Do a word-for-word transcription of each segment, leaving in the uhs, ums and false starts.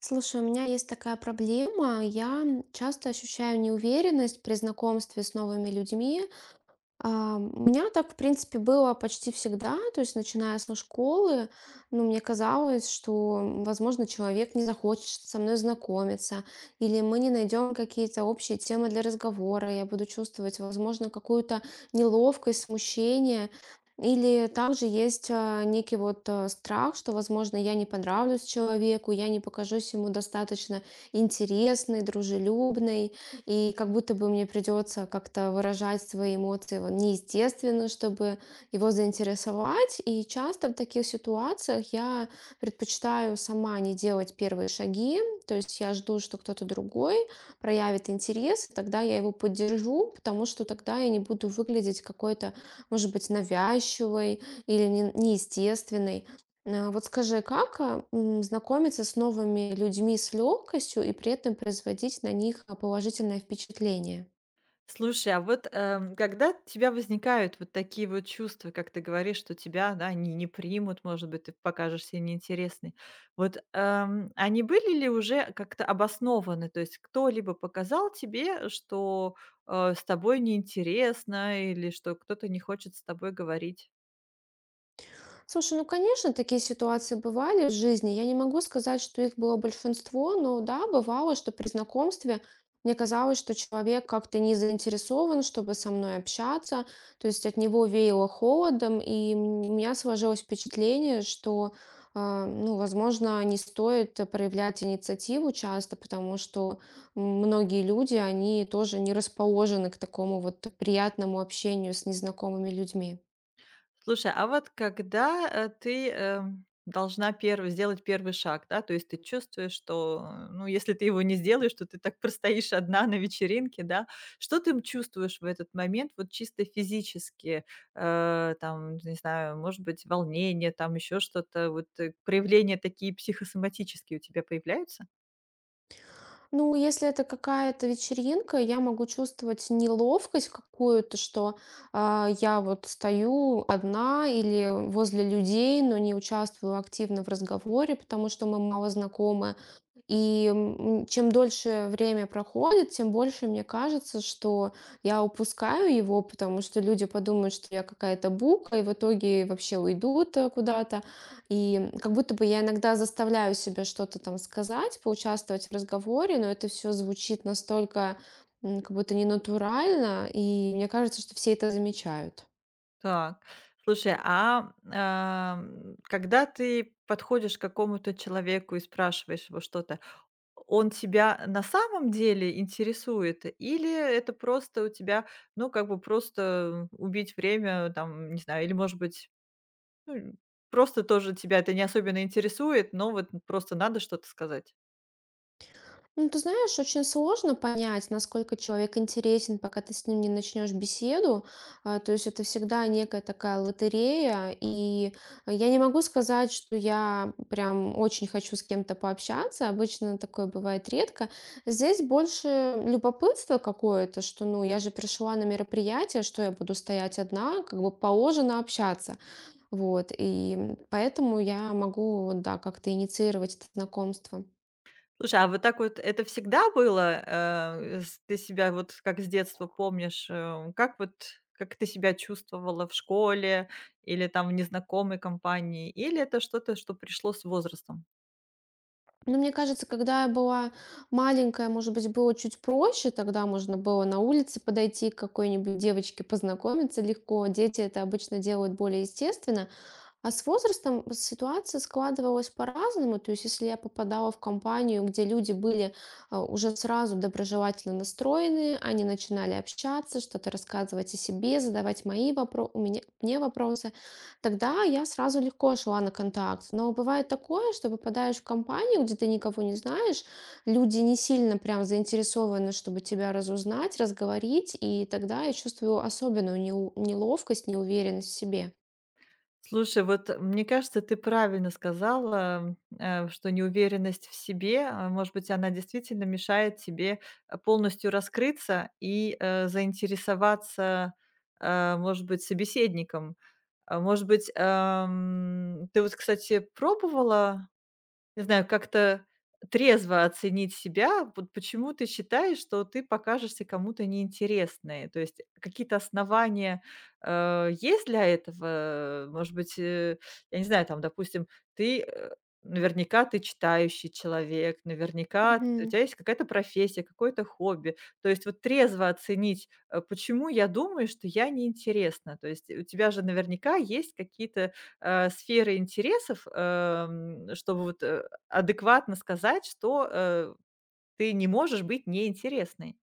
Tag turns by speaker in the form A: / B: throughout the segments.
A: Слушай, у меня есть такая проблема. Я часто ощущаю неуверенность при знакомстве с новыми людьми. А, у меня так, в принципе, было почти всегда, то есть начиная со школы, ну, мне казалось, что, м, возможно, человек не захочет со мной знакомиться, или мы не найдем какие-то общие темы для разговора, я буду чувствовать, возможно, какую-то неловкость, смущение, или также есть а, некий вот а, страх, что, возможно, я не понравлюсь человеку, я не покажусь ему достаточно интересной, дружелюбной, и как будто бы мне придется как-то выражать свои эмоции вот неестественно, чтобы его заинтересовать. И часто в таких ситуациях я предпочитаю сама не делать первые шаги. То есть я жду, что кто-то другой проявит интерес, и тогда я его поддержу, потому что тогда я не буду выглядеть какой-то, может быть, навязчивой или не- неестественной. А, Вот скажи, как а, м, знакомиться с новыми людьми с легкостью и при этом производить на них а, положительное впечатление?
B: Слушай, а вот, эм, когда у тебя возникают вот такие вот чувства, как ты говоришь, что тебя, да, не не примут, может быть, ты покажешься неинтересной. Вот, эм, они были ли уже как-то обоснованы? То есть кто-либо показал тебе, что, э, с тобой неинтересно или что кто-то не хочет с тобой говорить?
A: Слушай, ну, конечно, такие ситуации бывали в жизни. Я не могу сказать, что их было большинство, но да, бывало, что при знакомстве мне казалось, что человек как-то не заинтересован, чтобы со мной общаться, то есть от него веяло холодом, и м- у меня сложилось впечатление, что, а, ну, возможно, не стоит проявлять инициативу часто, потому что многие люди, они тоже не расположены к такому вот приятному общению с незнакомыми людьми.
B: Слушай, а вот когда, э, ты, эм, должна перв сделать первый шаг, да, то есть ты чувствуешь, что, э, ну, если ты его не сделаешь, то ты так простоишь одна на вечеринке, да. Что ты, м, чувствуешь в этот момент вот чисто физически? Э, там, не знаю, может быть, волнение, там еще что-то, вот, э, проявления такие психосоматические у тебя появляются?
A: Ну, если это какая-то вечеринка, я могу чувствовать неловкость какую-то, что а, я вот стою одна или возле людей, но не участвую активно в разговоре, потому что мы мало знакомы. И, м, чем дольше время проходит, тем больше мне кажется, что я упускаю его, потому что люди подумают, что я какая-то бука, и в итоге вообще уйдут, э, куда-то. И как будто бы я иногда заставляю себя что-то там сказать, поучаствовать в разговоре, но это все звучит настолько, м, как будто ненатурально, и мне кажется, что все это замечают.
B: Так, слушай, а, ам, когда ты подходишь к какому-то человеку и спрашиваешь его что-то, он тебя на самом деле интересует или это просто у тебя, ну, как бы просто убить время, там, не знаю, или, может быть, ну, просто тоже тебя это не особенно интересует, но вот просто надо что-то сказать?
A: Ну, ты знаешь, очень сложно понять, насколько человек интересен, пока ты с ним не начнешь беседу. А, То есть это всегда некая такая лотерея. И а, я не могу сказать, что я прям очень хочу с кем-то пообщаться. Обычно такое бывает редко. Здесь больше любопытство какое-то, что, ну, я же пришла на мероприятие, что я буду стоять одна, как бы положено общаться. Вот. И поэтому я могу, да, как-то инициировать это знакомство.
B: Слушай, а вот так вот это всегда было? Э, с ты себя вот как с детства помнишь, э, как вот как ты себя чувствовала в школе или там в незнакомой компании? Или это что-то, что пришло с возрастом?
A: Ну, мне кажется, когда я была маленькая, может быть, было чуть проще. Тогда можно было на улице подойти к какой-нибудь девочке, познакомиться легко. Дети это обычно делают более естественно. А с возрастом вот ситуация складывалась по-разному. То есть, если я попадала в компанию, где люди были а, уже сразу доброжелательно настроены, они начинали общаться, что-то рассказывать о себе, задавать мои вопро- у меня, мне вопросы, тогда я сразу легко шла на контакт. Но бывает такое, что попадаешь в компанию, где ты никого не знаешь, люди не сильно прям заинтересованы, чтобы тебя разузнать, разговорить, и тогда я чувствую особенную неу- неловкость, неуверенность в себе.
B: Слушай, вот, э, мне кажется, ты правильно сказала, э, что неуверенность в себе, а, может быть, она действительно мешает тебе, э, полностью раскрыться и, э, заинтересоваться, э, может быть, собеседником. А, может быть, эм, ты вот, кстати, пробовала не знаю, как-то трезво оценить себя. Вот почему ты считаешь, что ты покажешься кому-то неинтересной? То есть какие-то основания, э, есть для этого? Может быть, э, я не знаю, там, допустим, ты, э, наверняка ты читающий человек, наверняка у тебя есть какая-то профессия, какое-то хобби. То есть вот трезво оценить, э, почему я думаю, что я неинтересна. То есть у тебя же наверняка есть какие-то, э, сферы интересов, эм, чтобы вот, э, Адекватно сказать, что, э, ты не можешь быть неинтересной.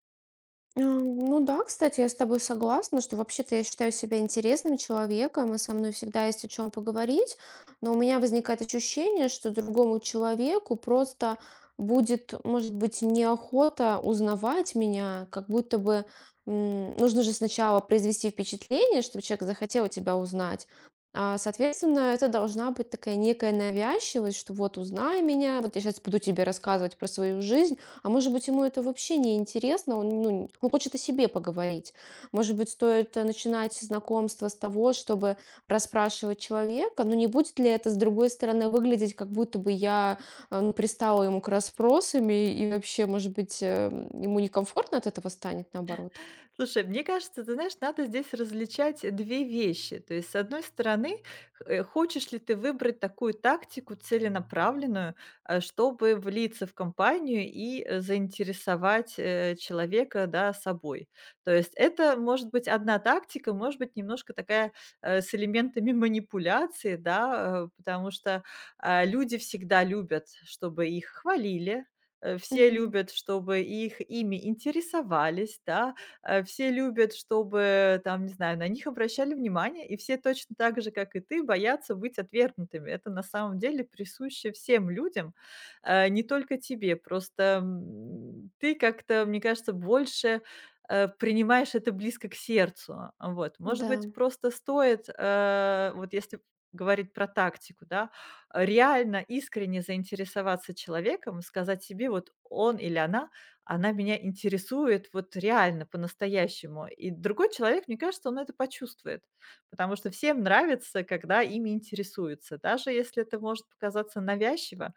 A: А, Ну да, кстати, я с тобой согласна, что вообще-то я считаю себя интересным человеком, и со мной всегда есть о чем поговорить, но у меня возникает ощущение, что другому человеку просто будет, может быть, неохота узнавать меня, как будто бы м, нужно же сначала произвести впечатление, чтобы человек захотел тебя узнать. А, Соответственно, это должна быть такая некая навязчивость, что вот узнай меня, вот я сейчас буду тебе рассказывать про свою жизнь, а может быть, ему это вообще не интересно, он, ну, он хочет о себе поговорить. Может быть, стоит э, начинать знакомство с того, чтобы расспрашивать человека, но не будет ли это, с другой стороны, выглядеть, как будто бы я э, ну, пристала ему к расспросам, и, и вообще, может быть, э, м, ему некомфортно от этого станет, наоборот?
B: Слушай, мне кажется, ты знаешь, надо здесь различать две вещи. То есть, с одной стороны, х- э, хочешь ли ты выбрать такую тактику целенаправленную, э, чтобы влиться в компанию и э, заинтересовать э, человека, да, собой. То есть это может быть одна тактика, может быть, немножко такая э, с элементами манипуляции, да, э, потому что а, люди всегда любят, чтобы их хвалили, э, все
A: Мгм.
B: любят, чтобы их ими интересовались, да. Э, все любят, чтобы там, не знаю, на них обращали внимание, и все точно так же, как и ты, боятся быть отвергнутыми. Это на самом деле присуще всем людям, э, не только тебе. Просто, м, ты как-то, мне кажется, больше, э, принимаешь это близко к сердцу. А Вот. Может
A: Да.
B: быть, просто стоит, э, вот если говорить про тактику, да, реально искренне заинтересоваться человеком, сказать себе: "Вот он или она она меня интересует вот реально, по-настоящему". И другой человек, мне кажется, он это почувствует, потому что всем нравится, когда ими интересуются, даже если это может показаться навязчиво.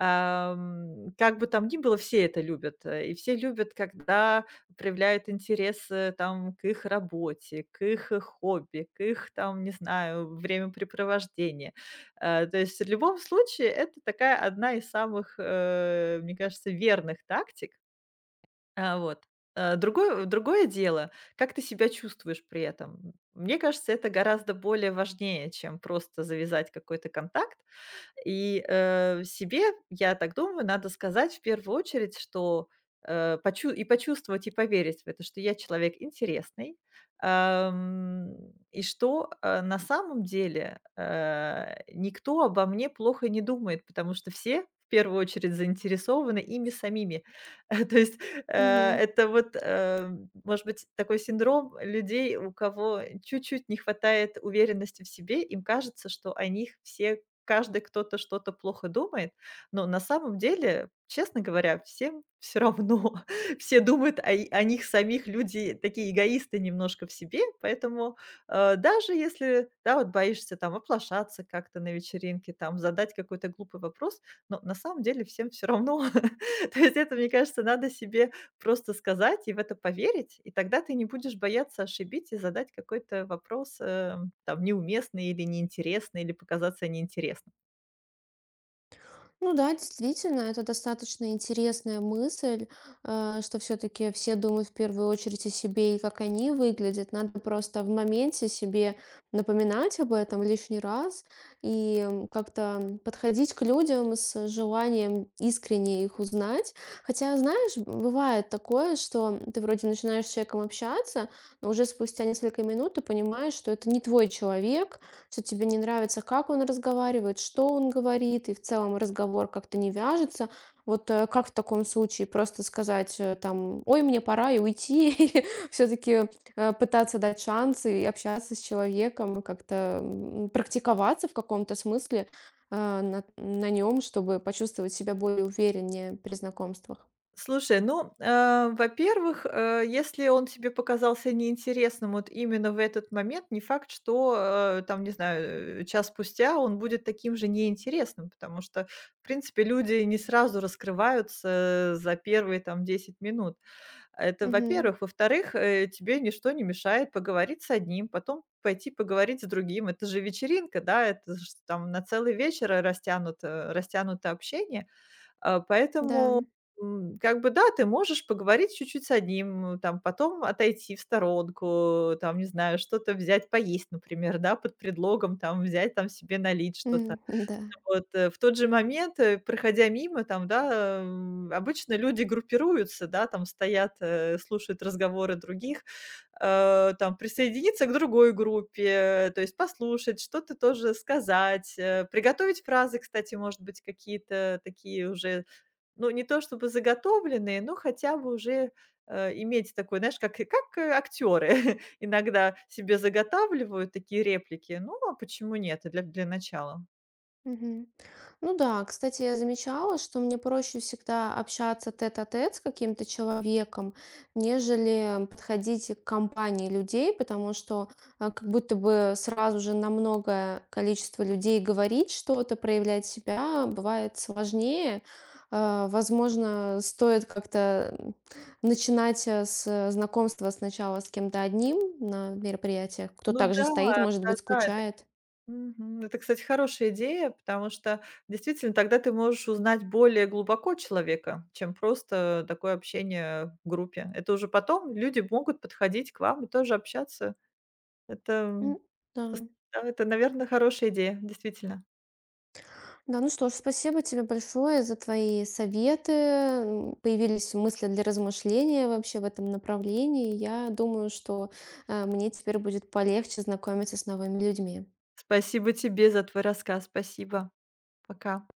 B: Ам, как бы там ни было, все это любят, э, и все любят, когда проявляют интерес, э, там, к их работе, к их, э, хобби, к их, там, не знаю, времяпрепровождения. Э, то есть в любом случае это такая одна из самых, э, мне кажется, верных тактик, а, вот. Э, другое другое дело, как ты себя чувствуешь при этом. Мне кажется, это гораздо более важнее, чем просто завязать какой-то контакт. И, э, себе, я так думаю, надо сказать в первую очередь, что, э, почу и почувствовать и поверить в это, что я человек интересный, ам, и что, э, на самом деле, э, никто обо мне плохо не думает, потому что все в первую очередь заинтересованы ими самими. То есть, э,
A: Мгм.
B: это вот, э, может быть, такой синдром людей, у кого чуть-чуть не хватает уверенности в себе. Им кажется, что о них все каждый кто-то что-то плохо думает, но на самом деле, честно говоря, всем все равно. Все думают о и о них самих, люди такие эгоисты немножко в себе, поэтому, э, даже если, да, вот боишься там оплошаться как-то на вечеринке, там задать какой-то глупый вопрос, но на самом деле всем все равно. То есть это, мне кажется, надо себе просто сказать и в это поверить, и тогда ты не будешь бояться ошибиться и задать какой-то вопрос, э, там, неуместный или неинтересный, или показаться неинтересным.
A: Ну да, действительно, это достаточно интересная мысль, э, что все-таки все думают в первую очередь о себе и как они выглядят. Надо просто в моменте себе напоминать об этом лишний раз и м, как-то подходить к людям с желанием искренне их узнать. Хотя, знаешь, б- бывает такое, что ты вроде начинаешь с человеком общаться, но уже спустя несколько минут ты понимаешь, что это не твой человек, что тебе не нравится, как он разговаривает, что он говорит, и в целом разговор как-то не вяжется. Вот э, как в таком случае просто сказать э, там, ой, мне пора и уйти, или все-таки пытаться дать шансы и общаться с человеком, и как-то м, практиковаться в каком-то смысле э, на, на нем, чтобы почувствовать себя более увереннее при знакомствах.
B: Слушай, ну, э, во-первых, э, если он тебе показался неинтересным вот именно в этот момент, не факт, что, э, там, не знаю, э, час спустя он будет таким же неинтересным, потому что, в принципе, люди не сразу раскрываются за первые, там, десять минут. Это
A: Мгм.
B: во-первых. Во-вторых, э, тебе ничто не мешает поговорить с одним, потом пойти поговорить с другим. Это же вечеринка, да, это ж там на целый вечер растянуто, растянуто общение. А,
A: Да.
B: поэтому, м, как бы, да, ты можешь поговорить чуть-чуть с одним, э, там, потом отойти в сторонку, там, не знаю, что-то взять поесть, например, да, под предлогом, там, взять там себе налить что-то
A: М, да.
B: вот, э, в тот же момент, э, проходя мимо, там, да, м, обычно люди группируются, да, там стоят, э, слушают разговоры других, э, там, присоединиться к другой группе, то есть послушать, что-то тоже сказать, э, приготовить фразы, кстати, может быть, какие-то такие уже, ну, не то чтобы заготовленные, но хотя бы уже, э, иметь такой, знаешь, как и- как актеры иногда себе заготавливают такие реплики. Ну, а почему нет? Для для начала.
A: Мгм. Ну да, кстати, я замечала, что мне проще всегда общаться тет-а-тет с каким-то человеком, нежели подходить к компании людей, потому что а, как будто бы сразу же на многое количество людей говорить что-то, проявлять себя бывает сложнее. А, Возможно, стоит как-то м, начинать э, с знакомства сначала с кем-то одним на мероприятиях, кто
B: Ну
A: также
B: да,
A: стоит, может быть,
B: да-да, это
A: скучает.
B: мгм. Это, кстати, хорошая идея, потому что действительно тогда ты можешь узнать более глубоко человека, чем просто такое общение в группе. Это уже потом люди могут подходить к вам и тоже общаться. Это,
A: М.
B: м,
A: Да.
B: пос Да, это, наверное, хорошая идея, действительно.
A: Да, ну что ж, спасибо тебе большое за твои советы. М, появились мысли для размышления вообще в этом направлении. Я думаю, что э, мне теперь будет полегче знакомиться с новыми людьми.
B: Спасибо тебе за твой рассказ. Спасибо. Пока.